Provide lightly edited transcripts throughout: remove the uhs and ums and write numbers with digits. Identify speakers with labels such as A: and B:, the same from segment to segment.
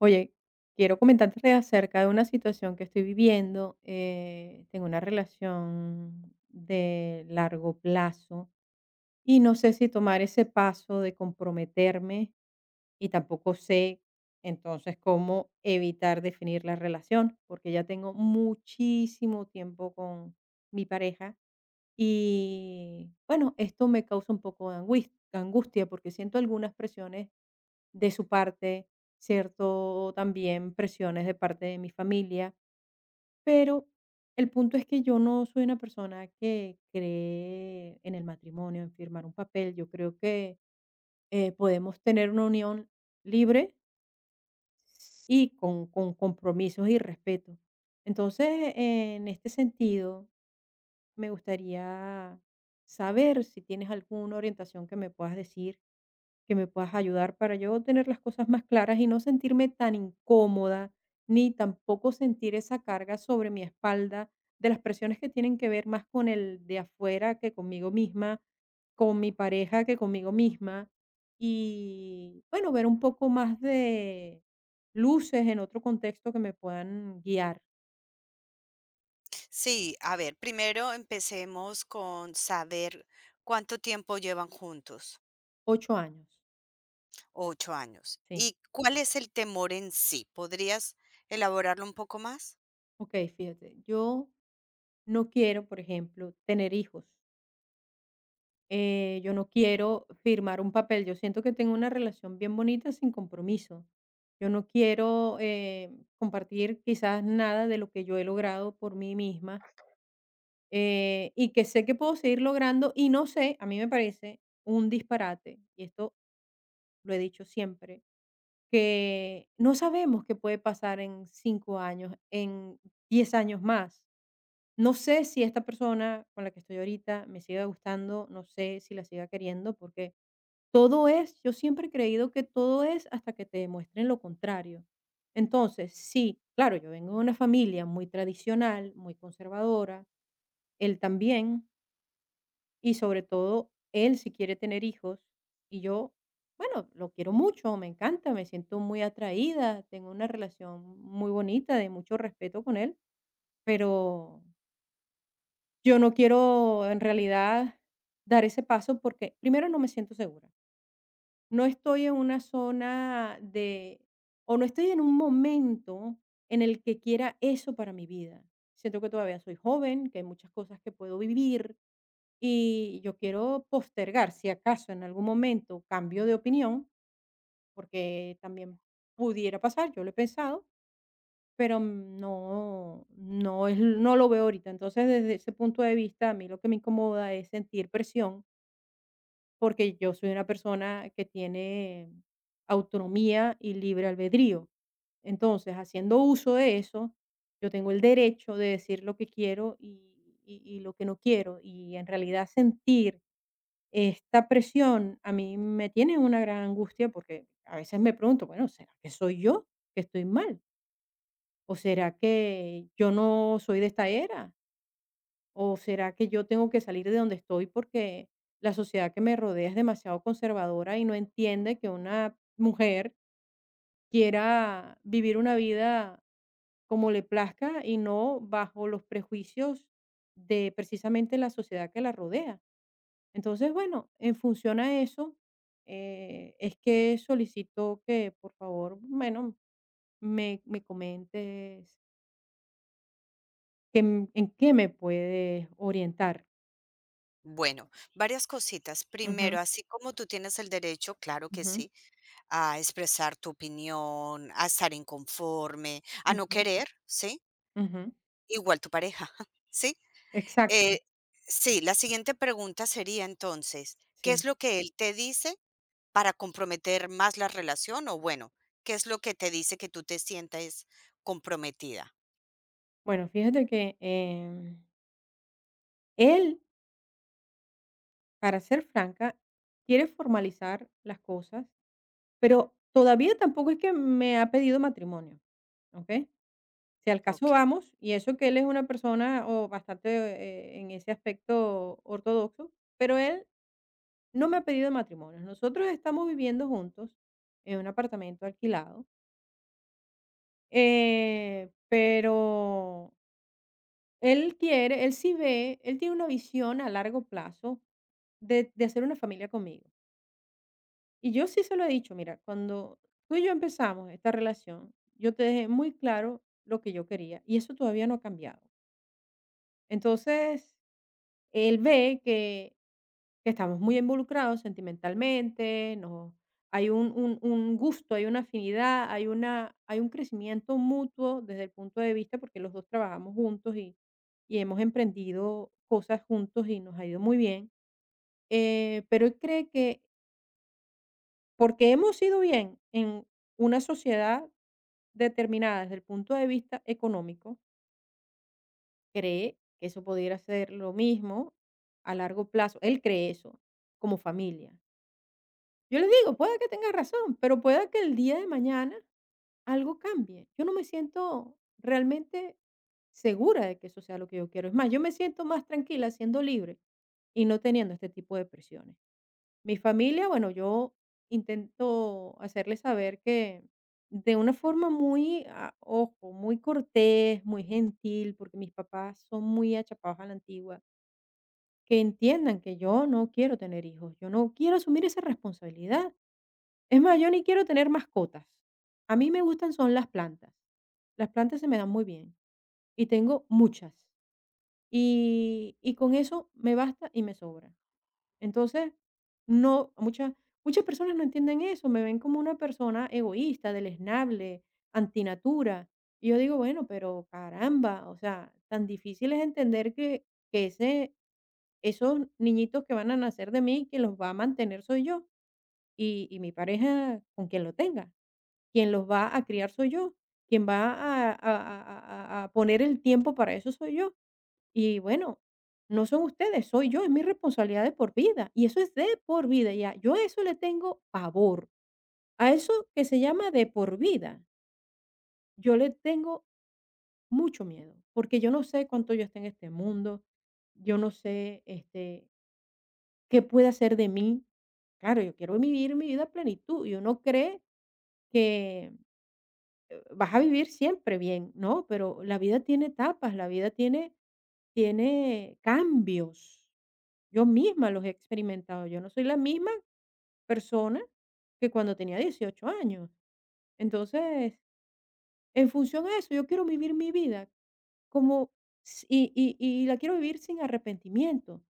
A: Oye, quiero comentarte acerca de una situación que estoy viviendo. Tengo una relación de largo plazo y no sé si tomar ese paso de comprometerme y tampoco sé entonces cómo evitar definir la relación, porque ya tengo muchísimo tiempo con mi pareja. Y bueno, esto me causa un poco de angustia porque siento algunas presiones de su parte, cierto, también presiones de parte de mi familia. Pero el punto es que yo no soy una persona que cree en el matrimonio, en firmar un papel. Yo creo que podemos tener una unión libre y con compromisos y respeto. Entonces, en este sentido, me gustaría saber si tienes alguna orientación que me puedas decir, que me puedas ayudar para yo tener las cosas más claras y no sentirme tan incómoda, ni tampoco sentir esa carga sobre mi espalda de las presiones que tienen que ver más con el de afuera que conmigo misma, con mi pareja que conmigo misma. Y bueno, ver un poco más de luces en otro contexto que me puedan guiar.
B: Sí, a ver, primero empecemos con saber cuánto tiempo llevan juntos,
A: 8 años,
B: 8 años.
A: sí.
B: ¿Y cuál es el temor en sí? ¿Podrías elaborarlo un poco más?
A: Ok, fíjate, yo no quiero, por ejemplo, tener hijos. Yo no quiero firmar un papel. Yo siento que tengo una relación bien bonita sin compromiso. Yo no quiero compartir quizás nada de lo que yo he logrado por mí misma, y que sé que puedo seguir logrando. Y no sé, a mí me parece un disparate, y esto lo he dicho siempre, que no sabemos qué puede pasar en 5 años, en 10 años más. No sé si esta persona con la que estoy ahorita me siga gustando, no sé si la siga queriendo, porque todo es, yo siempre he creído que todo es hasta que te demuestren lo contrario. Entonces, sí, claro, yo vengo de una familia muy tradicional, muy conservadora, él también, y sobre todo, él si quiere tener hijos. Y yo, bueno, lo quiero mucho, me encanta, me siento muy atraída, tengo una relación muy bonita, de mucho respeto con él, pero yo no quiero, en realidad, dar ese paso porque, primero, no me siento segura. No estoy en una zona de, o no estoy en un momento en el que quiera eso para mi vida. Siento que todavía soy joven, que hay muchas cosas que puedo vivir y yo quiero postergar, si acaso en algún momento cambio de opinión, porque también pudiera pasar, yo lo he pensado, pero no no es, no lo veo ahorita. Entonces, desde ese punto de vista, a mí lo que me incomoda es sentir presión, porque yo soy una persona que tiene autonomía y libre albedrío. Entonces, haciendo uso de eso, yo tengo el derecho de decir lo que quiero y y lo que no quiero. Y en realidad sentir esta presión a mí me tiene una gran angustia, porque a veces me pregunto: "Bueno, ¿será que soy yo, que estoy mal?". ¿O será que yo no soy de esta era? ¿O será que yo tengo que salir de donde estoy porque la sociedad que me rodea es demasiado conservadora y no entiende que una mujer quiera vivir una vida como le plazca y no bajo los prejuicios de precisamente la sociedad que la rodea? Entonces, bueno, en función a eso, es que solicito que por favor, bueno, me comentes, ¿Qué m en qué me puedes orientar?
B: Bueno, varias cositas.
A: Ujú,
B: Primero, así como tú tienes el derecho, claro que
A: ujú,
B: sí, a expresar tu opinión, a estar inconforme, a no
A: ujú,
B: querer, ¿sí?
A: ujú.
B: Igual tu pareja, ¿sí?
A: Exacto,
B: Eh, sí, la siguiente pregunta sería entonces, ¿qué
A: sí.
B: es lo que él te dice para comprometer más la relación o bueno, qué es lo que te dice que tú te sientas comprometida?
A: Bueno, fíjate que, él, para ser franca, quiere formalizar las cosas, pero todavía tampoco es que me ha pedido matrimonio, ¿okey? Si al caso
B: Okey.
A: vamos, y eso que él es una persona, o bastante, en ese aspecto ortodoxo, pero él no me ha pedido matrimonio. Nosotros estamos viviendo juntos en un apartamento alquilado. Pero él quiere, él sí ve, él tiene una visión a largo plazo de hacer una familia conmigo. Y yo sí se lo he dicho: mira, cuando tú y yo empezamos esta relación, yo te dejé muy claro lo que yo quería y eso todavía no ha cambiado. Entonces, él ve que estamos muy involucrados sentimentalmente, no hay un gusto, hay una afinidad, hay una hay un crecimiento mutuo, desde el punto de vista porque los 2 trabajamos juntos y hemos emprendido cosas juntos y nos ha ido muy bien. Pero él cree que porque hemos ido bien en una sociedad determinada desde el punto de vista económico, cree que eso pudiera ser lo mismo a largo plazo. Él cree eso como familia. Yo le digo, pueda que tenga razón, pero pueda que el día de mañana algo cambie. Yo no me siento realmente segura de que eso sea lo que yo quiero. Es más, yo me siento más tranquila siendo libre y no teniendo este tipo de presiones. Mi familia, bueno, yo intento hacerles saber, que de una forma muy, ah, ojo, muy cortés, muy gentil, porque mis papás son muy achapados a la antigua, que entiendan que yo no quiero tener hijos, yo no quiero asumir esa responsabilidad. Es más, yo ni quiero tener mascotas. A mí me gustan son las plantas. Las plantas se me dan muy bien y tengo muchas. Y con eso me basta y me sobra. Entonces, no muchas personas no entienden eso, me ven como una persona egoísta, deleznable, antinatura. Y yo digo: "Bueno, pero caramba, o sea, tan difícil es entender que ese esos niñitos que van a nacer de mí, que los va a mantener soy yo y mi pareja con quien lo tenga". Quien los va a criar soy yo, quien va a poner el tiempo para eso soy yo. Y bueno, no son ustedes, soy yo, es mi responsabilidad de por vida, y eso es de por vida, ya. Yo a eso le tengo pavor, a eso que se llama de por vida, yo le tengo mucho miedo, porque yo no sé cuánto yo esté en este mundo, yo no sé, este, qué puede hacer de mí. Claro, yo quiero vivir mi vida a plenitud, y uno cree que vas a vivir siempre bien, ¿no? Pero la vida tiene etapas, la vida tiene cambios. Yo misma los he experimentado. Yo no soy la misma persona que cuando tenía 18 años. Entonces, en función a eso, yo quiero vivir mi vida como s y la quiero vivir sin arrepentimiento.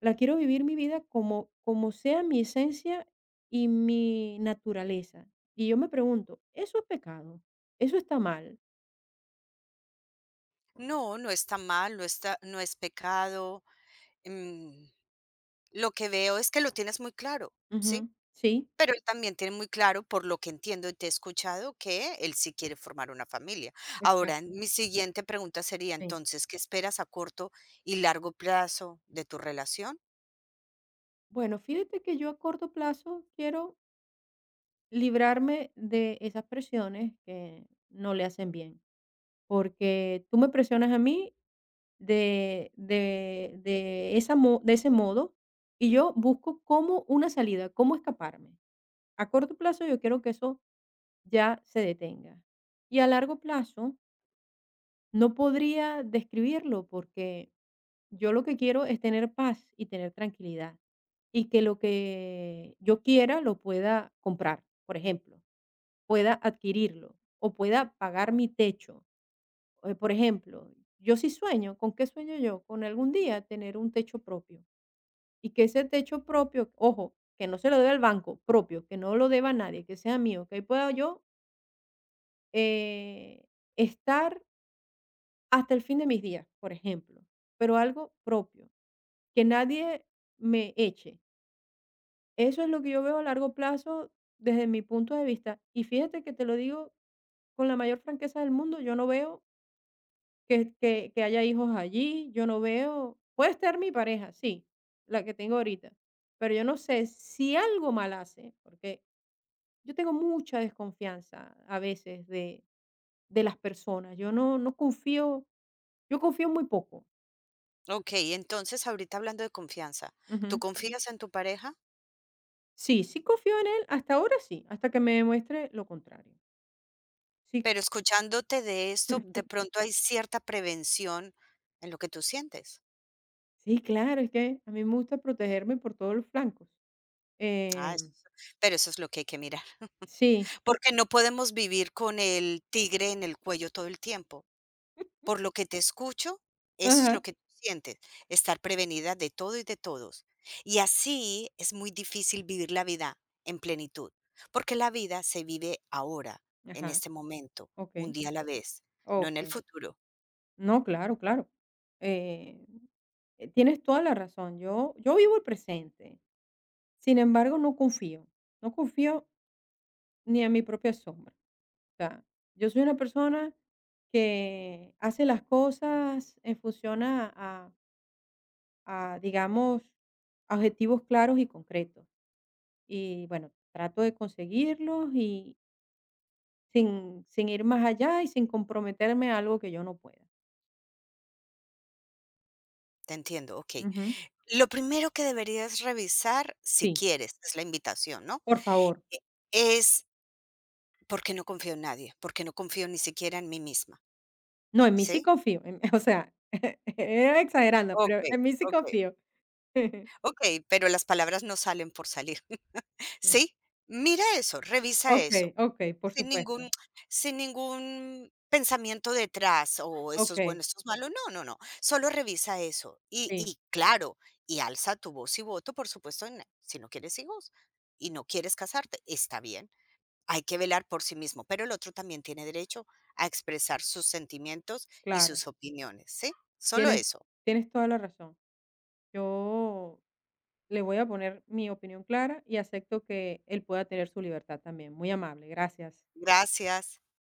A: La quiero vivir mi vida como sea mi esencia y mi naturaleza. Y yo me pregunto, ¿eso es pecado? ¿Eso está mal?
B: No, no está mal, no es pecado, mm, lo que veo es que lo tienes muy claro, ¿sí?
A: Ujú. Sí.
B: Pero él también tiene muy claro, por lo que entiendo y te he escuchado, que él sí quiere formar una familia. Ahora,
A: Exacto,
B: mi siguiente pregunta sería
A: sí.
B: entonces, ¿qué esperas a corto y largo plazo de tu relación?
A: Bueno, fíjate que yo a corto plazo quiero librarme de esas presiones que no le hacen bien. Porque tú me presionas a mí de esa mo de ese modo, y yo busco como una salida, cómo escaparme. A corto plazo, yo quiero que eso ya se detenga. Y a largo plazo, no podría describirlo, porque yo lo que quiero es tener paz y tener tranquilidad, y que lo que yo quiera lo pueda comprar, por ejemplo, pueda adquirirlo o pueda pagar mi techo. Por ejemplo, yo sí sueño. ¿Con qué sueño yo? Con algún día tener un techo propio, y que ese techo propio, ojo, que no se lo deba al banco, propio, que no lo deba a nadie, que sea mío, que ahí pueda yo eh, estar hasta el fin de mis días, por ejemplo, pero algo propio, que nadie me eche. Eso es lo que yo veo a largo plazo desde mi punto de vista. Y fíjate que te lo digo con la mayor franqueza del mundo, yo no veo que haya hijos allí, yo no veo, puede estar mi pareja, sí, la que tengo ahorita, pero yo no sé si algo mal hace, porque yo tengo mucha desconfianza a veces de las personas, yo no confío, yo confío muy poco.
B: Okey, entonces ahorita hablando de confianza, ¿tú
A: Ujú.
B: confías en tu pareja?
A: Sí, sí confío en él, hasta ahora sí, hasta que me demuestre lo contrario. Sí,
B: Pero escuchándote de esto, de pronto hay cierta prevención en lo que tú sientes.
A: sí, claro, es que a mí me gusta protegerme por todos los flancos.
B: Ah, eso
A: Em,
B: pero eso es lo que hay que mirar,
A: sí,
B: porque no podemos vivir con el tigre en el cuello todo el tiempo. Por lo que te escucho, eso es lo
A: ajá,
B: que tú sientes, estar prevenida de todo y de todos. Y así es muy difícil vivir la vida en plenitud, porque la vida se vive ahora, en
A: ajá,
B: este momento, un
A: okey,
B: día a la vez, no en el
A: okey.
B: futuro.
A: No, claro, claro. Eh, tienes toda la razón. Yo vivo el presente. Sin embargo, no confío. No confío ni en mi propia sombra. O sea, yo soy una persona que hace las cosas en función a, digamos, objetivos claros y concretos. Y bueno, trato de conseguirlos y sin ir más allá y sin comprometerme a algo que yo no pueda.
B: Te entiendo, ok.
A: Ujú.
B: Lo primero que deberías revisar, si
A: Sí,
B: quieres, es la invitación, ¿no?
A: por favor.
B: Es, ¿porque no confío en nadie?, ¿porque no confío ni siquiera en mí misma?
A: No, en mí sí
B: ¿Sí?
A: confío, en o sea, era exagerando, pero
B: Okey,
A: en mí sí
B: okey,
A: confío.
B: okey, pero las palabras no salen por salir, ¿sí? Mira eso, revisa
A: Okey,
B: eso,
A: okey, por
B: sin
A: supuesto.
B: ningún sin ningún pensamiento detrás, o esto es
A: Okey,
B: bueno, esto es malo, no, no, no, solo revisa eso. Y
A: sí,
B: y claro, y alza tu voz y voto, por supuesto, en si no quieres hijos y no quieres casarte, está bien. Hay que velar por sí mismo, pero el otro también tiene derecho a expresar sus sentimientos y
A: claro.
B: sus opiniones, ¿sí? Solo
A: Tienes
B: eso.
A: Tienes toda la razón. Yo le voy a poner mi opinión clara y acepto que él pueda tener su libertad también. Muy amable, gracias.
B: Gracias.